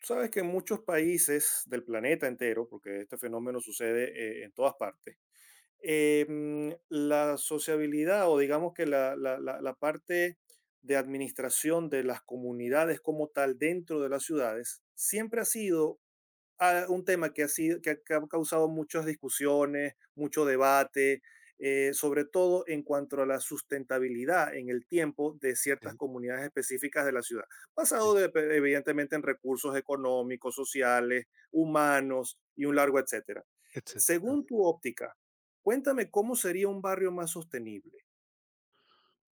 Tú sabes que en muchos países del planeta entero, porque este fenómeno sucede en todas partes, la sociabilidad o digamos que la parte de administración de las comunidades como tal dentro de las ciudades siempre ha sido a un tema que ha, sido, que ha causado muchas discusiones, mucho debate, sobre todo en cuanto a la sustentabilidad en el tiempo de ciertas Sí, comunidades específicas de la ciudad, sí, basado de- evidentemente en recursos económicos, sociales, humanos y un largo etcétera. etcétera. Según Ujú. tu óptica, cuéntame cómo sería un barrio más sostenible.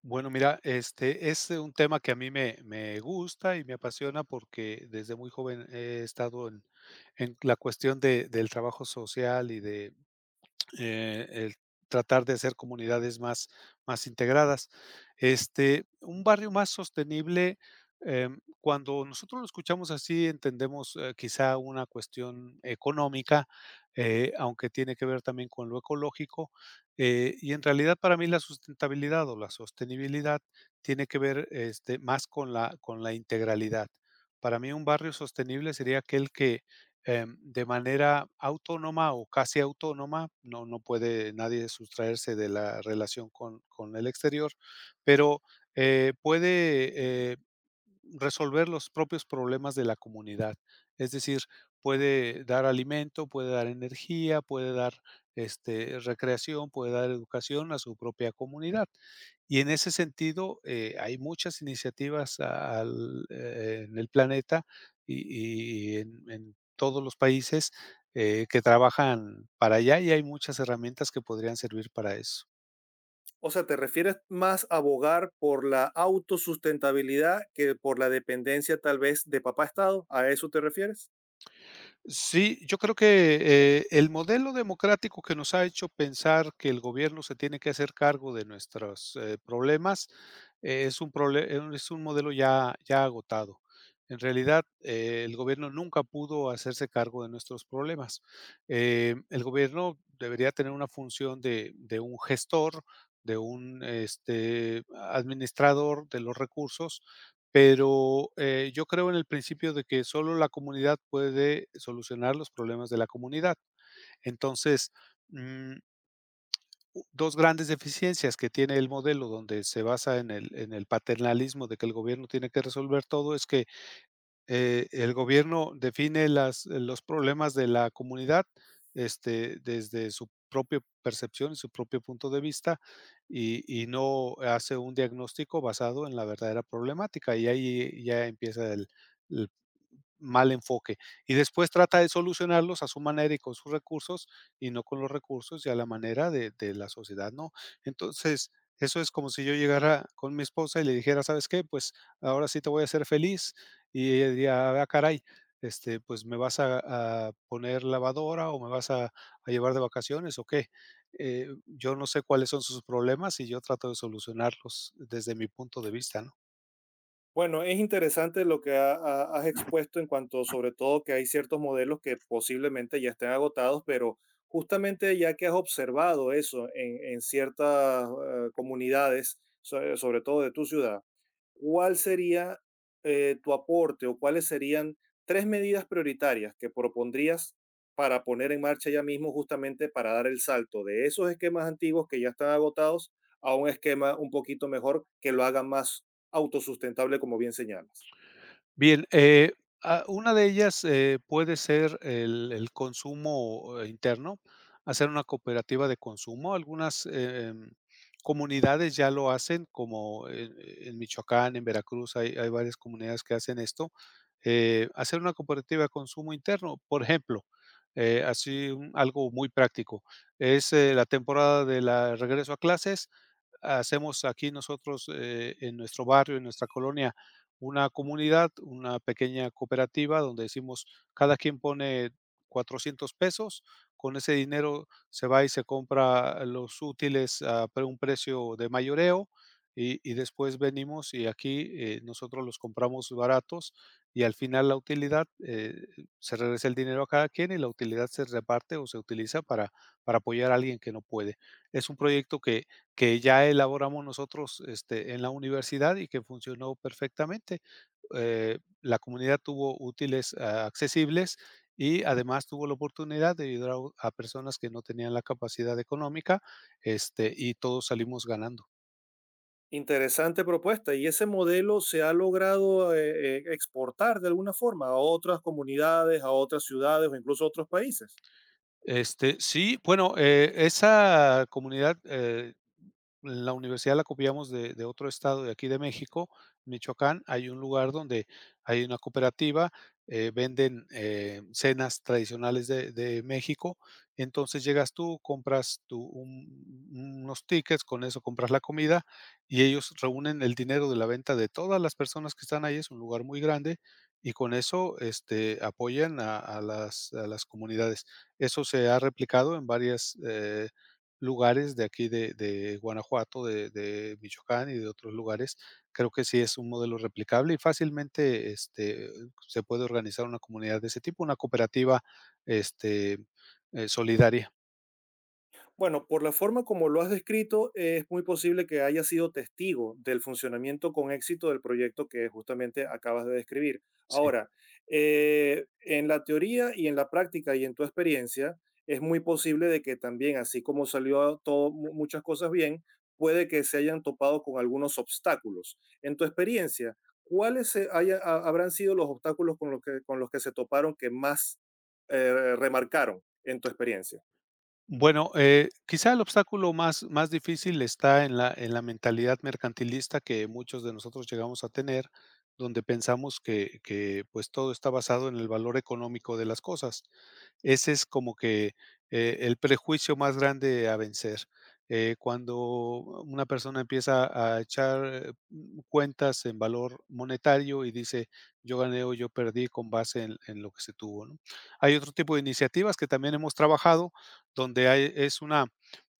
Bueno, mira, este es un tema que a mí me gusta y me apasiona porque desde muy joven he estado en, la cuestión del trabajo social y de el tratar de hacer comunidades más integradas. Este, un barrio más sostenible, cuando nosotros lo escuchamos así, entendemos quizá una cuestión económica, aunque tiene que ver también con lo ecológico. Y en realidad para mí la sustentabilidad o la sostenibilidad tiene que ver este, más con la integralidad. Para mí un barrio sostenible sería aquel que de manera autónoma o casi autónoma, no, no puede nadie sustraerse de la relación con el exterior, pero puede eh, resolver los propios problemas de la comunidad. Es decir, puede dar alimento, puede dar energía, puede dar este, recreación, puede dar educación a su propia comunidad. Y en ese sentido, hay muchas iniciativas al en el planeta y en todos los países, que trabajan para allá, y hay muchas herramientas que podrían servir para eso. O sea, ¿te refieres más a abogar por la autosustentabilidad que por la dependencia tal vez de papá Estado? ¿A eso te refieres? Sí, yo creo que el modelo democrático que nos ha hecho pensar que el gobierno se tiene que hacer cargo de nuestros problemas es un modelo ya, ya agotado. En realidad, el gobierno nunca pudo hacerse cargo de nuestros problemas. El gobierno debería tener una función de, un gestor, de un este, administrador de los recursos pero, yo creo en el principio de que solo la comunidad puede solucionar los problemas de la comunidad. Entonces, mm, u 2 grandes deficiencias que tiene el modelo donde se basa en el paternalismo de que el gobierno tiene que resolver todo es que el gobierno define las los problemas de la comunidad, este, desde su propia percepción y su propio punto de vista, y no hace un diagnóstico basado en la verdadera problemática, y ahí ya empieza el mal enfoque. Y después trata de solucionarlos a su manera y con sus recursos y no con los recursos y a la manera de la sociedad, ¿no? Entonces, eso es como si yo llegara con mi esposa y le dijera, ¿sabes qué? Pues ahora sí te voy a hacer feliz. Y ella diría, ah, caray, este, pues me vas a poner lavadora o me vas a llevar de vacaciones o qué. Yo no sé cuáles son sus problemas y yo trato de solucionarlos desde mi punto de vista, ¿no? Bueno, es interesante lo que has expuesto en cuanto, sobre todo, que hay ciertos modelos que posiblemente ya estén agotados, pero justamente ya que has observado eso en ciertas comunidades, so- sobre todo de tu ciudad, ¿cuál sería tu aporte o cuáles serían tres medidas prioritarias que propondrías para poner en marcha ya mismo justamente para dar el salto de esos esquemas antiguos que ya están agotados a un esquema un poquito mejor que lo haga más autosustentable, como bien señalas? Bien, ah, una de ellas, puede ser el consumo, interno, hacer una cooperativa de consumo. Algunas, comunidades ya lo hacen, como en Michoacán, en Veracruz, hay varias comunidades que hacen esto, hacer una cooperativa de consumo interno. Por ejemplo, así, un algo muy práctico, es, la temporada de la regreso a clases, hacemos aquí nosotros, en nuestro barrio, en nuestra colonia, una comunidad, una pequeña cooperativa donde decimos, cada quien pone 400 pesos, con ese dinero se va y se compra los útiles un precio de mayoreo y después venimos y aquí nosotros los compramos baratos y al final la utilidad, se regresa el dinero a cada quien y la utilidad se reparte o se utiliza para apoyar a alguien que no puede. Es un proyecto que ya elaboramos nosotros, este, en la universidad y que funcionó perfectamente. La comunidad tuvo útiles, ah, accesibles y además tuvo la oportunidad de ayudar a personas que no tenían la capacidad económica, este, y todos salimos ganando. Interesante propuesta. ¿Y ese modelo se ha logrado exportar de alguna forma a otras comunidades, a otras ciudades o incluso a otros países? Este, sí, bueno, esa comunidad. La universidad la copiamos de otro estado de aquí de México, Michoacán. Hay un lugar donde hay una cooperativa, venden, cenas tradicionales de México. Entonces llegas tú, compras tú un unos tickets, con eso compras la comida y ellos reúnen el dinero de la venta de todas las personas que están ahí, es un lugar muy grande, y con eso, este, apoyan a las comunidades. Eso se ha replicado en lugares de aquí de Guanajuato, de Michoacán y de otros lugares. Creo que sí es un modelo replicable y fácilmente, este, se puede organizar una comunidad de ese tipo, una cooperativa, este, solidaria, Bueno, por la forma como lo has descrito, es muy posible que haya sido testigo del funcionamiento con éxito del proyecto que justamente acabas de describir. sí. Ahora, en la teoría y en la práctica y en tu experiencia, es muy posible de que también, así como salió todo, mu- muchas cosas bien, puede que se hayan topado con algunos obstáculos. En tu experiencia, ¿cuáles habrán sido los obstáculos con los que se toparon que más remarcaron en tu experiencia? Bueno, quizá el obstáculo más difícil está en la mentalidad mercantilista que muchos de nosotros llegamos a tener, donde pensamos que, pues, todo está basado en el valor económico de las cosas. Ese es como que, el prejuicio más grande a vencer. Cuando una persona empieza a echar cuentas en valor monetario y dice: "Yo gané o yo perdí con base en lo que se tuvo", ¿no? Hay otro tipo de iniciativas que también hemos trabajado, donde hay es una,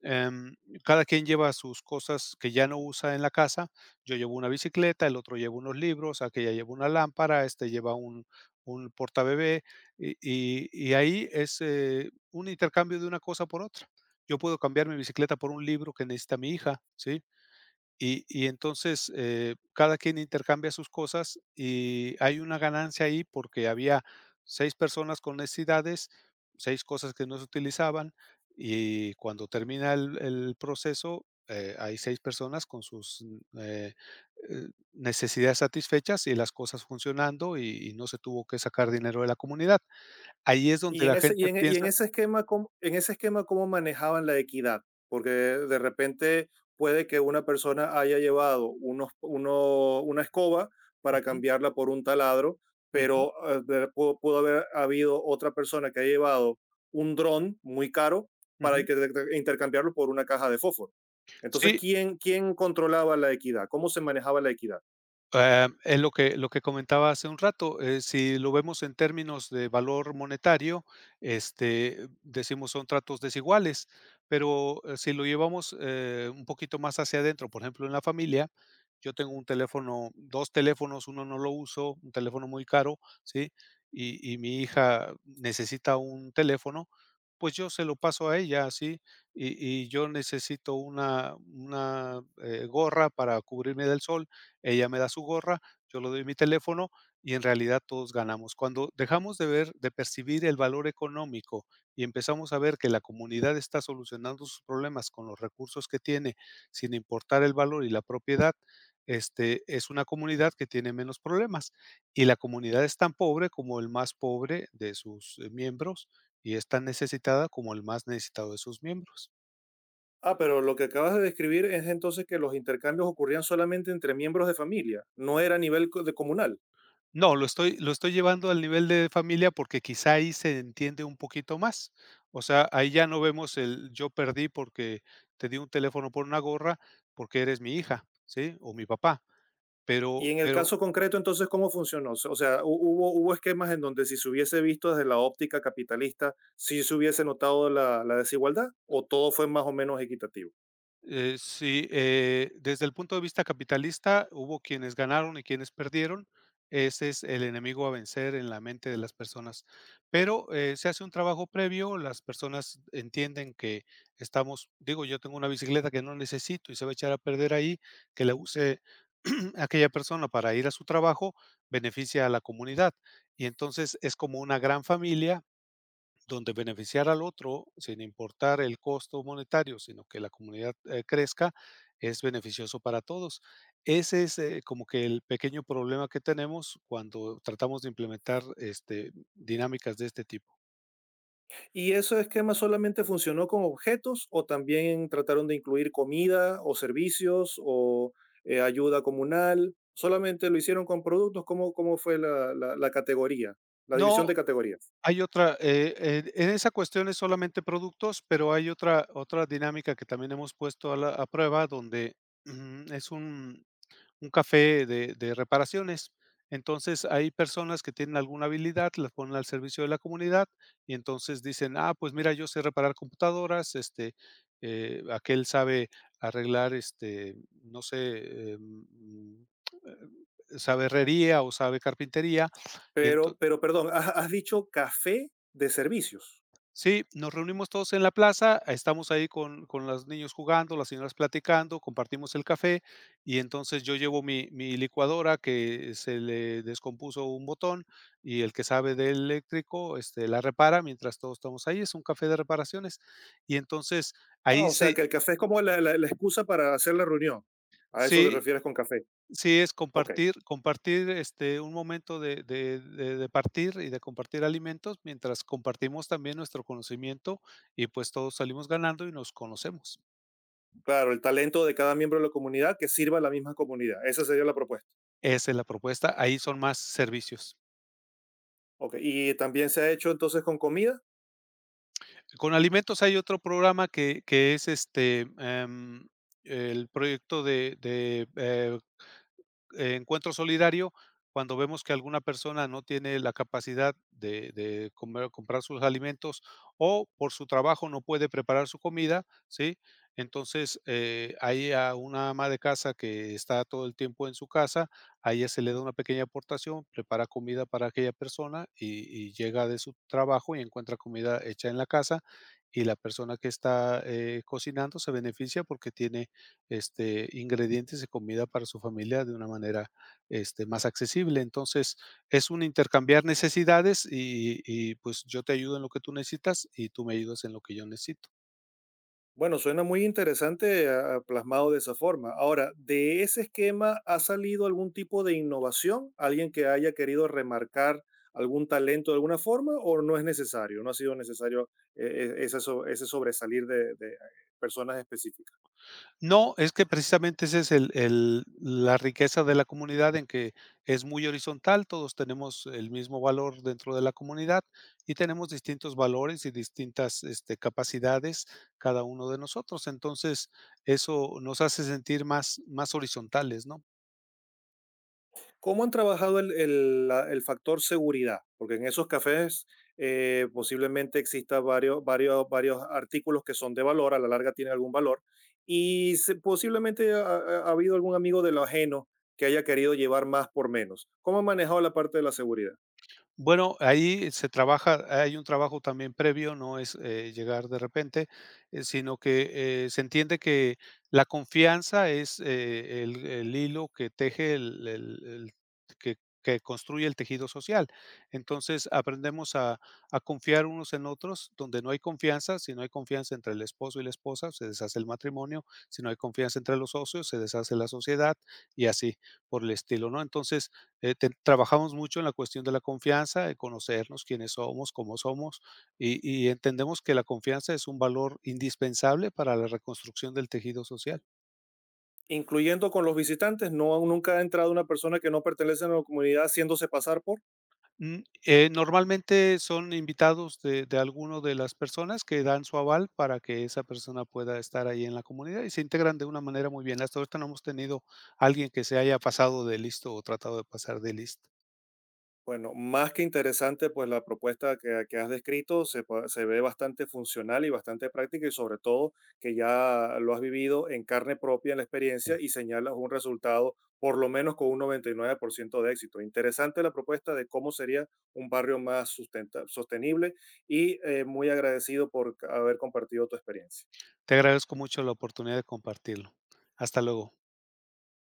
em, cada quien lleva sus cosas que ya no usa en la casa. Yo llevo una bicicleta, el otro lleva unos libros, aquella lleva una lámpara, este lleva un portabebé, y ahí es, un intercambio de una cosa por otra. Yo puedo cambiar mi bicicleta por un libro que necesita mi hija, ¿sí? Y entonces, cada quien intercambia sus cosas y hay una ganancia ahí porque había 6 personas con necesidades, 6 cosas que no se utilizaban, y cuando termina el proceso, hay 6 personas con sus, eh, eh, necesidades satisfechas y las cosas funcionando y no se tuvo que sacar dinero de la comunidad. Ahí es donde Y en la ese, gente y en, y en piensa. ese esquema, ¿cómo, en ese esquema, ¿cómo manejaban la equidad? Porque de repente puede que una persona haya llevado unos, uno- una escoba para Ujú, cambiarla por un taladro, ujú, pero de- pudo, pudo haber habido otra persona que haya llevado un dron muy caro para ujú. que de- intercambiarlo por una caja de fósforo. Entonces, Sí. ¿quién, ¿quién controlaba la equidad? ¿Cómo se manejaba la equidad? Ah, es lo que comentaba hace un rato, si lo vemos en términos de valor monetario, este, decimos son tratos desiguales, pero si lo llevamos, un poquito más hacia adentro, por ejemplo, en la familia, yo tengo un teléfono, 2 teléfonos, uno no lo uso, un teléfono muy caro, ¿sí? Y mi hija necesita un teléfono, pues yo se lo paso a ella, ¿sí? Y yo necesito una gorra para cubrirme del sol, ella me da su gorra, yo le doy mi teléfono y en realidad todos ganamos. Cuando dejamos de ver, de percibir el valor económico y empezamos a ver que la comunidad está solucionando sus problemas con los recursos que tiene, sin importar el valor y la propiedad, este, es una comunidad que tiene menos problemas. Y la comunidad es tan pobre como el más pobre de sus miembros y es tan necesitada como el más necesitado de sus miembros. Ah, pero lo que acabas de describir es entonces que los intercambios ocurrían solamente entre miembros de familia, no era a nivel co- de comunal. No, lo estoy llevando al nivel de familia, porque quizá ahí se entiende un poquito más. O sea, ahí ya no vemos el yo perdí porque te di un teléfono por una gorra, porque eres mi hija, ¿sí? O mi papá. Y Pero en el pero caso concreto, entonces, ¿cómo funcionó? O sea, hu- hubo, hubo esquemas en donde si se hubiese visto desde la óptica capitalista, sí se hubiese notado la desigualdad, o todo fue más o menos equitativo. Sí, desde el punto de vista capitalista, hubo quienes ganaron y quienes perdieron. Ese es el enemigo a vencer en la mente de las personas. Pero se hace un trabajo previo, las personas entienden que estamos, digo, yo tengo una bicicleta que no necesito y se va a echar a perder ahí, que la use aquella persona para ir a su trabajo, beneficia a la comunidad. Y entonces es como una gran familia donde beneficiar al otro sin importar el costo monetario, sino que la comunidad crezca, es beneficioso para todos. Ese es como que el pequeño problema que tenemos cuando tratamos de implementar este, dinámicas de este tipo. ¿Y ese esquema solamente funcionó con objetos o también trataron de incluir comida o servicios o ayuda comunal? ¿Solamente lo hicieron con productos? ¿Cómo, cómo fue la categoría, la división No, de categorías? hay otra, en esa cuestión es solamente productos, pero hay otra dinámica que también hemos puesto a prueba donde es un café de reparaciones. Entonces, hay personas que tienen alguna habilidad, las ponen al servicio de la comunidad y entonces dicen: "Ah, pues mira, yo sé reparar computadoras, este, aquel sabe arreglar, este, no sé, sabe herrería o sabe carpintería", y ento Pero perdón, has, has dicho café de servicios. Sí, nos reunimos todos en la plaza, estamos ahí con los niños jugando, las señoras platicando, compartimos el café y entonces yo llevo mi licuadora que se le descompuso un botón y el que sabe de eléctrico, este, la repara mientras todos estamos ahí, es un café de reparaciones. Y entonces Ah, ahí o sea se. que el café es como la excusa para hacer la reunión. ¿A eso te Sí. refieres con café? Sí, es Ok, compartir, este, un momento de partir y de compartir alimentos, mientras compartimos también nuestro conocimiento y, pues, todos salimos ganando y nos conocemos. claro, el talento de cada miembro de la comunidad que sirva a la misma comunidad. Esa sería la propuesta. Esa es la propuesta, ahí son más servicios. Ok, ¿y también se ha hecho entonces con comida? Con alimentos hay otro programa que es, este, el proyecto de encuentro solidario cuando vemos que alguna persona no tiene la capacidad de comprar sus alimentos o por su trabajo no puede preparar su comida, ¿sí? Entonces, hay a una ama de casa que está todo el tiempo en su casa, a ella se le da una pequeña aportación, prepara comida para aquella persona y llega de su trabajo y encuentra comida hecha en la casa y la persona que está cocinando se beneficia porque tiene este, ingredientes de comida para su familia de una manera, este, más accesible. Entonces, es un intercambiar necesidades y, pues, yo te ayudo en lo que tú necesitas y tú me ayudas en lo que yo necesito. Bueno, suena muy interesante ah, plasmado de esa forma. Ahora, ¿de ese esquema ha salido algún tipo de innovación? ¿Alguien que haya querido remarcar algún talento de alguna forma o no es necesario? ¿No ha sido necesario esa so- ese, sobresalir de personas específicas? No, es que precisamente ese es el la riqueza de la comunidad en que es muy horizontal, todos tenemos el mismo valor dentro de la comunidad y tenemos distintos valores y distintas, este, capacidades cada uno de nosotros. Entonces, eso nos hace sentir más horizontales, ¿no? ¿Cómo han trabajado el, el factor seguridad? Porque en esos cafés posiblemente exista varios artículos que son de valor, a la larga tienen algún valor, y se- posiblemente ha, ha habido algún amigo de lo ajeno que haya querido llevar más por menos. ¿Cómo han manejado la parte de la seguridad? Bueno, ahí se trabaja, hay un trabajo también previo, no es llegar de repente, sino que se entiende que la confianza es el hilo que teje que, que construye el tejido social. Entonces aprendemos a confiar unos en otros, donde no hay confianza, si no hay confianza entre el esposo y la esposa, se deshace el matrimonio, si no hay confianza entre los socios, se deshace la sociedad y así por el estilo, ¿no? Entonces, te trabajamos mucho en la cuestión de la confianza, de conocernos, quiénes somos, cómo somos, y y entendemos que la confianza es un valor indispensable para la reconstrucción del tejido social. Incluyendo con los visitantes, no, nunca ha entrado una persona que no pertenece a la comunidad haciéndose pasar por... Mm, Normalmente son invitados de alguno de las personas que dan su aval para que esa persona pueda estar ahí en la comunidad y se integran de una manera muy bien. Hasta ahorita no hemos tenido alguien que se haya pasado de listo o tratado de pasar de listo. Bueno, más que interesante, pues la propuesta que has descrito se, pa- se ve bastante funcional y bastante práctica y sobre todo que ya lo has vivido en carne propia en la experiencia Sí. y señalas un resultado por lo menos con un 99% de éxito. Interesante la propuesta de cómo sería un barrio más sustenta- sostenible y muy agradecido por haber compartido tu experiencia. Te agradezco mucho la oportunidad de compartirlo. Hasta luego.